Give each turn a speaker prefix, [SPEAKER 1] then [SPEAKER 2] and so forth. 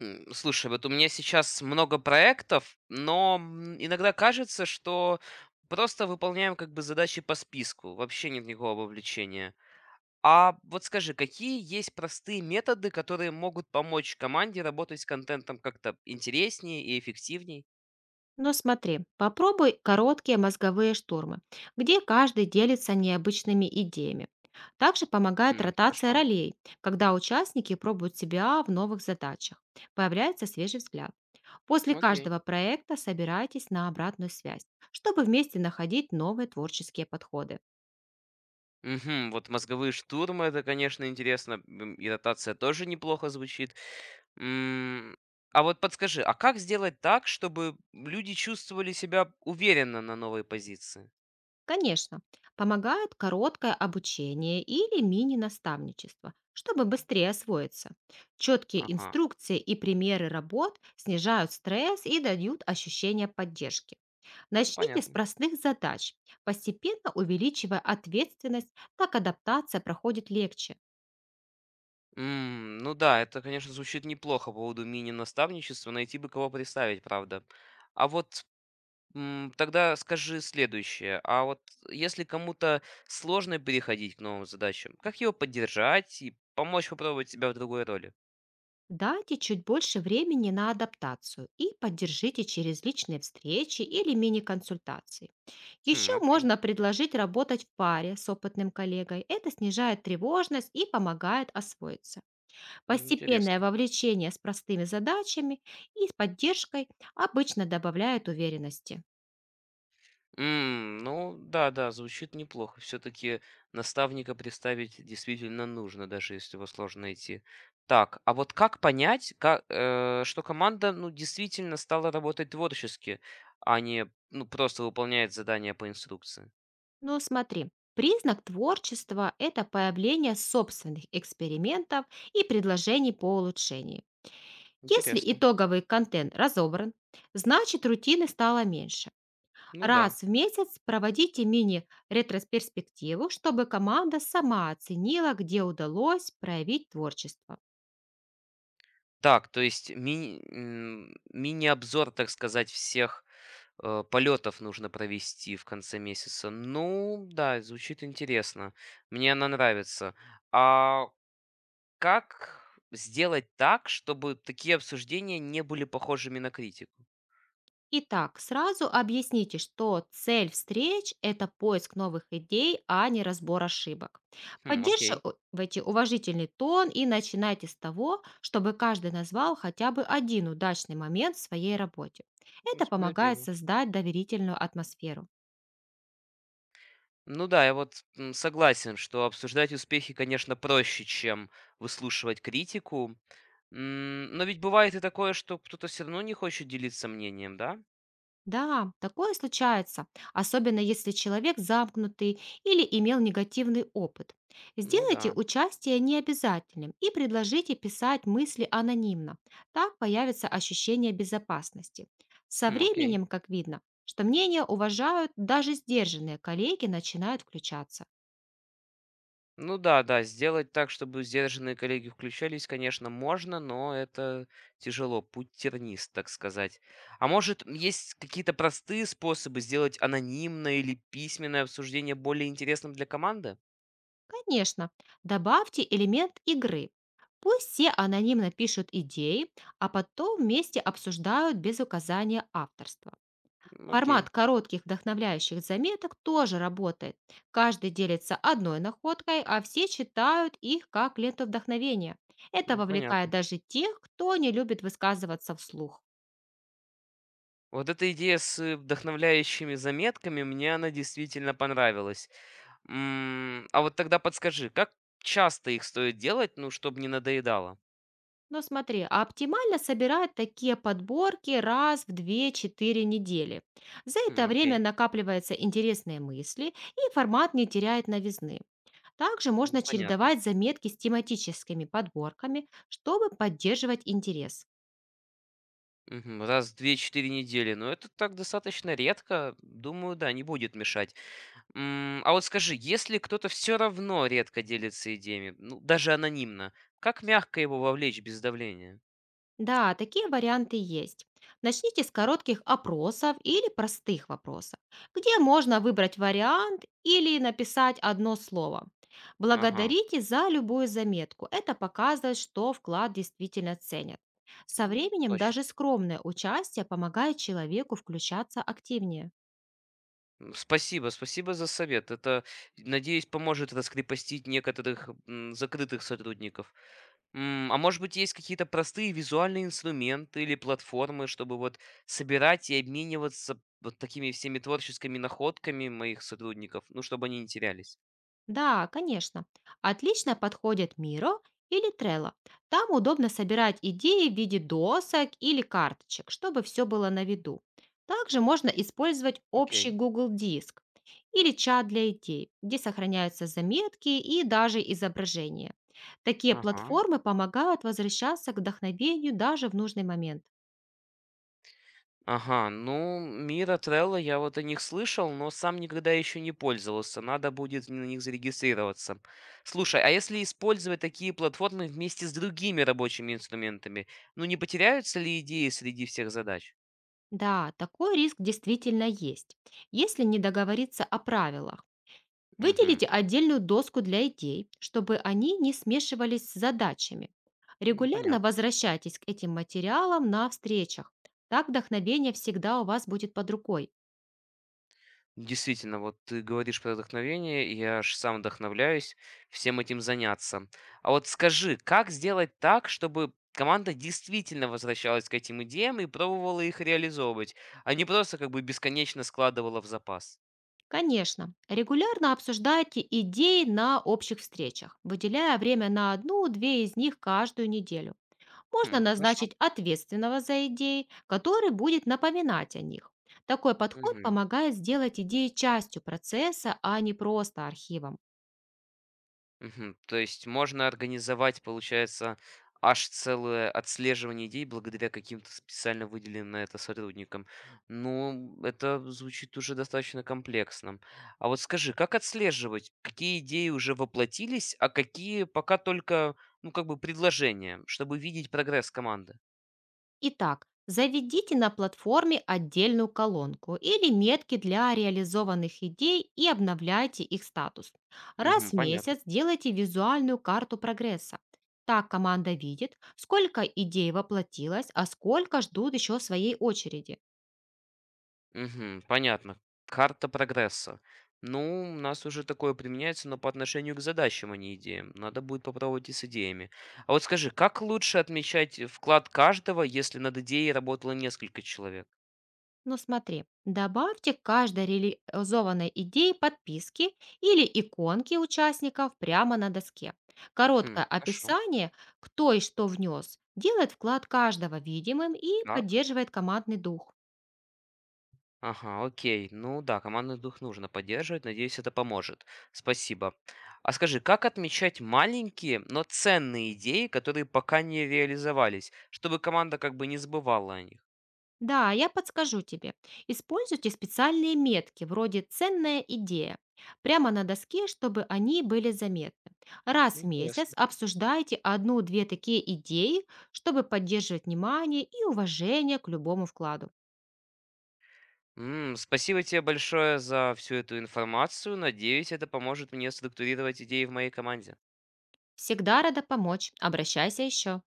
[SPEAKER 1] Слушай, вот у меня сейчас много проектов, но иногда кажется, что просто выполняем как бы задачи по списку, вообще нет никакого вовлечения. А вот скажи, какие есть простые методы, которые могут помочь команде работать с контентом как-то интереснее и эффективней?
[SPEAKER 2] Но смотри, попробуй короткие мозговые штурмы, где каждый делится необычными идеями. Также помогает ротация
[SPEAKER 1] Хорошо,
[SPEAKER 2] ролей, когда участники пробуют себя в новых задачах. Появляется свежий взгляд. После
[SPEAKER 1] окей.
[SPEAKER 2] каждого проекта собирайтесь на обратную связь, чтобы вместе находить новые творческие подходы.
[SPEAKER 1] Мгм. Вот мозговые штурмы- это, конечно, интересно. И ротация тоже неплохо звучит. М, а вот подскажи, а как сделать так, чтобы люди чувствовали себя уверенно на новой позиции?
[SPEAKER 2] Конечно, помогают короткое обучение или мини-наставничество, чтобы быстрее освоиться. Четкие
[SPEAKER 1] Ага,
[SPEAKER 2] инструкции и примеры работ снижают стресс и дают ощущение поддержки.
[SPEAKER 1] ну
[SPEAKER 2] Начните с
[SPEAKER 1] понятно.
[SPEAKER 2] простых задач, постепенно увеличивая ответственность, так адаптация проходит легче.
[SPEAKER 1] Ну да, это, конечно, звучит неплохо по поводу мини-наставничества. Найти бы кого представить, правда. А вот тогда скажи следующее. А вот если кому-то сложно переходить к новым задачам, как его поддержать и помочь попробовать себя в другой роли?
[SPEAKER 2] Дайте чуть больше времени на адаптацию и поддержите через личные встречи или мини-консультации. Еще
[SPEAKER 1] Хм, окей,
[SPEAKER 2] можно предложить работать в паре с опытным коллегой. Это снижает тревожность и помогает освоиться. Постепенное
[SPEAKER 1] интересно.
[SPEAKER 2] вовлечение с простыми задачами и с поддержкой обычно добавляет уверенности.
[SPEAKER 1] Ну да, да, звучит неплохо. Все-таки наставника представить действительно нужно, даже если его сложно найти. Так, а вот как понять, что команда ну, действительно стала работать творчески, а не ну, просто выполняет задания по инструкции?
[SPEAKER 2] Но смотри, признак творчества – это появление собственных экспериментов и предложений по улучшению. Если
[SPEAKER 1] Интересно.
[SPEAKER 2] итоговый контент разобран, значит рутины стало меньше.
[SPEAKER 1] Ну да.
[SPEAKER 2] Раз в месяц проводите мини-ретросперспективу, чтобы команда сама оценила, где удалось проявить творчество.
[SPEAKER 1] Так, то есть мини-обзор, так сказать, всех полетов нужно провести в конце месяца. Ну да, звучит интересно. Мне она нравится. А как сделать так, чтобы такие обсуждения не были похожими на критику?
[SPEAKER 2] Итак, сразу объясните, что цель встреч – это поиск новых идей, а не разбор ошибок.
[SPEAKER 1] Хм, окей.
[SPEAKER 2] Поддерживайте уважительный тон и начинайте с того, чтобы каждый назвал хотя бы один удачный момент в своей работе. Это помогает
[SPEAKER 1] Справедливо.
[SPEAKER 2] создать доверительную атмосферу.
[SPEAKER 1] Ну да, я вот согласен, что обсуждать успехи, конечно, проще, чем выслушивать критику. Но ведь бывает и такое, что кто-то все равно не хочет делиться мнением, да?
[SPEAKER 2] Да, такое случается, особенно если человек замкнутый или имел негативный опыт.
[SPEAKER 1] Ну
[SPEAKER 2] Сделайте
[SPEAKER 1] да.
[SPEAKER 2] участие необязательным и предложите писать мысли анонимно. Так появится ощущение безопасности. Со
[SPEAKER 1] Хм, окей.
[SPEAKER 2] временем, как видно, что мнения уважают, даже сдержанные коллеги начинают включаться.
[SPEAKER 1] Ну да, да, сделать так, чтобы сдержанные коллеги включались, конечно, можно, но это тяжело, путь тернист, так сказать. А может, есть какие-то простые способы сделать анонимное или письменное обсуждение более интересным для команды?
[SPEAKER 2] Конечно, добавьте элемент игры. Пусть все анонимно пишут идеи, а потом вместе обсуждают без указания авторства. Формат
[SPEAKER 1] Окей,
[SPEAKER 2] коротких вдохновляющих заметок тоже работает. Каждый делится одной находкой, а все читают их как ленту вдохновения. Это вовлекает
[SPEAKER 1] понятно.
[SPEAKER 2] даже тех, кто не любит высказываться вслух.
[SPEAKER 1] Вот эта идея с вдохновляющими заметками, мне она действительно понравилась. А вот тогда подскажи, как часто их стоит делать, ну, чтобы не надоедало?
[SPEAKER 2] Но смотри, а оптимально собирать такие подборки раз в две, четыре недели. За
[SPEAKER 1] Хм,
[SPEAKER 2] это
[SPEAKER 1] окей,
[SPEAKER 2] время накапливаются интересные мысли, и формат не теряет новизны. Также можно
[SPEAKER 1] понятно.
[SPEAKER 2] чередовать заметки с тематическими подборками, чтобы поддерживать интерес.
[SPEAKER 1] Мгм. Раз в 2-4 недели. Но это так достаточно редко. Думаю, да, не будет мешать. А вот скажи, если кто-то все равно редко делится идеями, ну, даже анонимно, как мягко его вовлечь без давления?
[SPEAKER 2] Да, такие варианты есть. Начните с коротких опросов или простых вопросов, где можно выбрать вариант или написать одно слово.
[SPEAKER 1] Ага,
[SPEAKER 2] Благодарите за любую заметку. Это показывает, что вклад действительно ценят. Со временем
[SPEAKER 1] Точно.
[SPEAKER 2] даже скромное участие помогает человеку включаться активнее.
[SPEAKER 1] Спасибо за совет. Это, надеюсь, поможет раскрепостить некоторых закрытых сотрудников. А может быть, есть какие-то простые визуальные инструменты или платформы, чтобы вот собирать и обмениваться вот такими всеми творческими находками моих сотрудников, ну, чтобы они не терялись?
[SPEAKER 2] Да, конечно. Отлично подходит Miro или Trello. Там удобно собирать идеи в виде досок или карточек, чтобы все было на виду. Также можно использовать общий
[SPEAKER 1] Окей.
[SPEAKER 2] Google Диск или чат для идей, где сохраняются заметки и даже изображения. Такие
[SPEAKER 1] Ага.
[SPEAKER 2] платформы помогают возвращаться к вдохновению даже в нужный момент.
[SPEAKER 1] Ага, ну, Мира, Трелла, я вот о них слышал, но сам никогда еще не пользовался. Надо будет на них зарегистрироваться. Слушай, а если использовать такие платформы вместе с другими рабочими инструментами, ну, не потеряются ли идеи среди всех задач?
[SPEAKER 2] Да, такой риск действительно есть, если не договориться о правилах.
[SPEAKER 1] Угу,
[SPEAKER 2] Выделите отдельную доску для идей, чтобы они не смешивались с задачами. Регулярно
[SPEAKER 1] понятно.
[SPEAKER 2] возвращайтесь к этим материалам на встречах. Так вдохновение всегда у вас будет под рукой.
[SPEAKER 1] Действительно, вот ты говоришь про вдохновение, и я аж сам вдохновляюсь всем этим заняться. А вот скажи, как сделать так, чтобы команда действительно возвращалась к этим идеям и пробовала их реализовывать, а не просто как бы бесконечно складывала в запас?
[SPEAKER 2] Конечно, регулярно обсуждайте идеи на общих встречах, выделяя время на одну-две из них каждую неделю. Можно
[SPEAKER 1] Хм, хорошо.
[SPEAKER 2] назначить ответственного за идеи, который будет напоминать о них. Такой подход
[SPEAKER 1] Мгм.
[SPEAKER 2] помогает сделать идеи частью процесса, а не просто архивом.
[SPEAKER 1] Мгм. То есть можно организовать, получается, аж целое отслеживание идей благодаря каким-то специально выделенным на это сотрудникам. Ну, это звучит уже достаточно комплексным. А вот скажи, как отслеживать, какие идеи уже воплотились, а какие пока только, ну, как бы предложения, чтобы видеть прогресс команды?
[SPEAKER 2] Итак, заведите на платформе отдельную колонку или метки для реализованных идей и обновляйте их статус. Раз
[SPEAKER 1] Мгм,
[SPEAKER 2] в
[SPEAKER 1] понятно.
[SPEAKER 2] месяц делайте визуальную карту прогресса. Так команда видит, сколько идей воплотилось, а сколько ждут еще своей очереди.
[SPEAKER 1] Мгм. Понятно. Карта прогресса. Ну, у нас уже такое применяется, но по отношению к задачам, а не идеям. Надо будет попробовать и с идеями. А вот скажи, как лучше отмечать вклад каждого, если над идеей работало несколько человек?
[SPEAKER 2] Ну смотри, добавьте к каждой реализованной идее подписки или иконки участников прямо на доске.
[SPEAKER 1] Хм,
[SPEAKER 2] Короткое
[SPEAKER 1] хорошо.
[SPEAKER 2] описание, кто и что внес, делает вклад каждого видимым и
[SPEAKER 1] Так.
[SPEAKER 2] поддерживает командный дух.
[SPEAKER 1] Ага, окей. Ну да, командный дух нужно поддерживать. Надеюсь, это поможет. Спасибо. А скажи, как отмечать маленькие, но ценные идеи, которые пока не реализовались, чтобы команда как бы не забывала о них?
[SPEAKER 2] Да, я подскажу тебе. Используйте специальные метки вроде «ценная идея» прямо на доске, чтобы они были заметны. Раз в месяц
[SPEAKER 1] Интересно.
[SPEAKER 2] обсуждайте одну-две такие идеи, чтобы поддерживать внимание и уважение к любому вкладу.
[SPEAKER 1] Спасибо тебе большое за всю эту информацию. Надеюсь, это поможет мне структурировать идеи в моей команде.
[SPEAKER 2] Всегда рада помочь. Обращайся еще.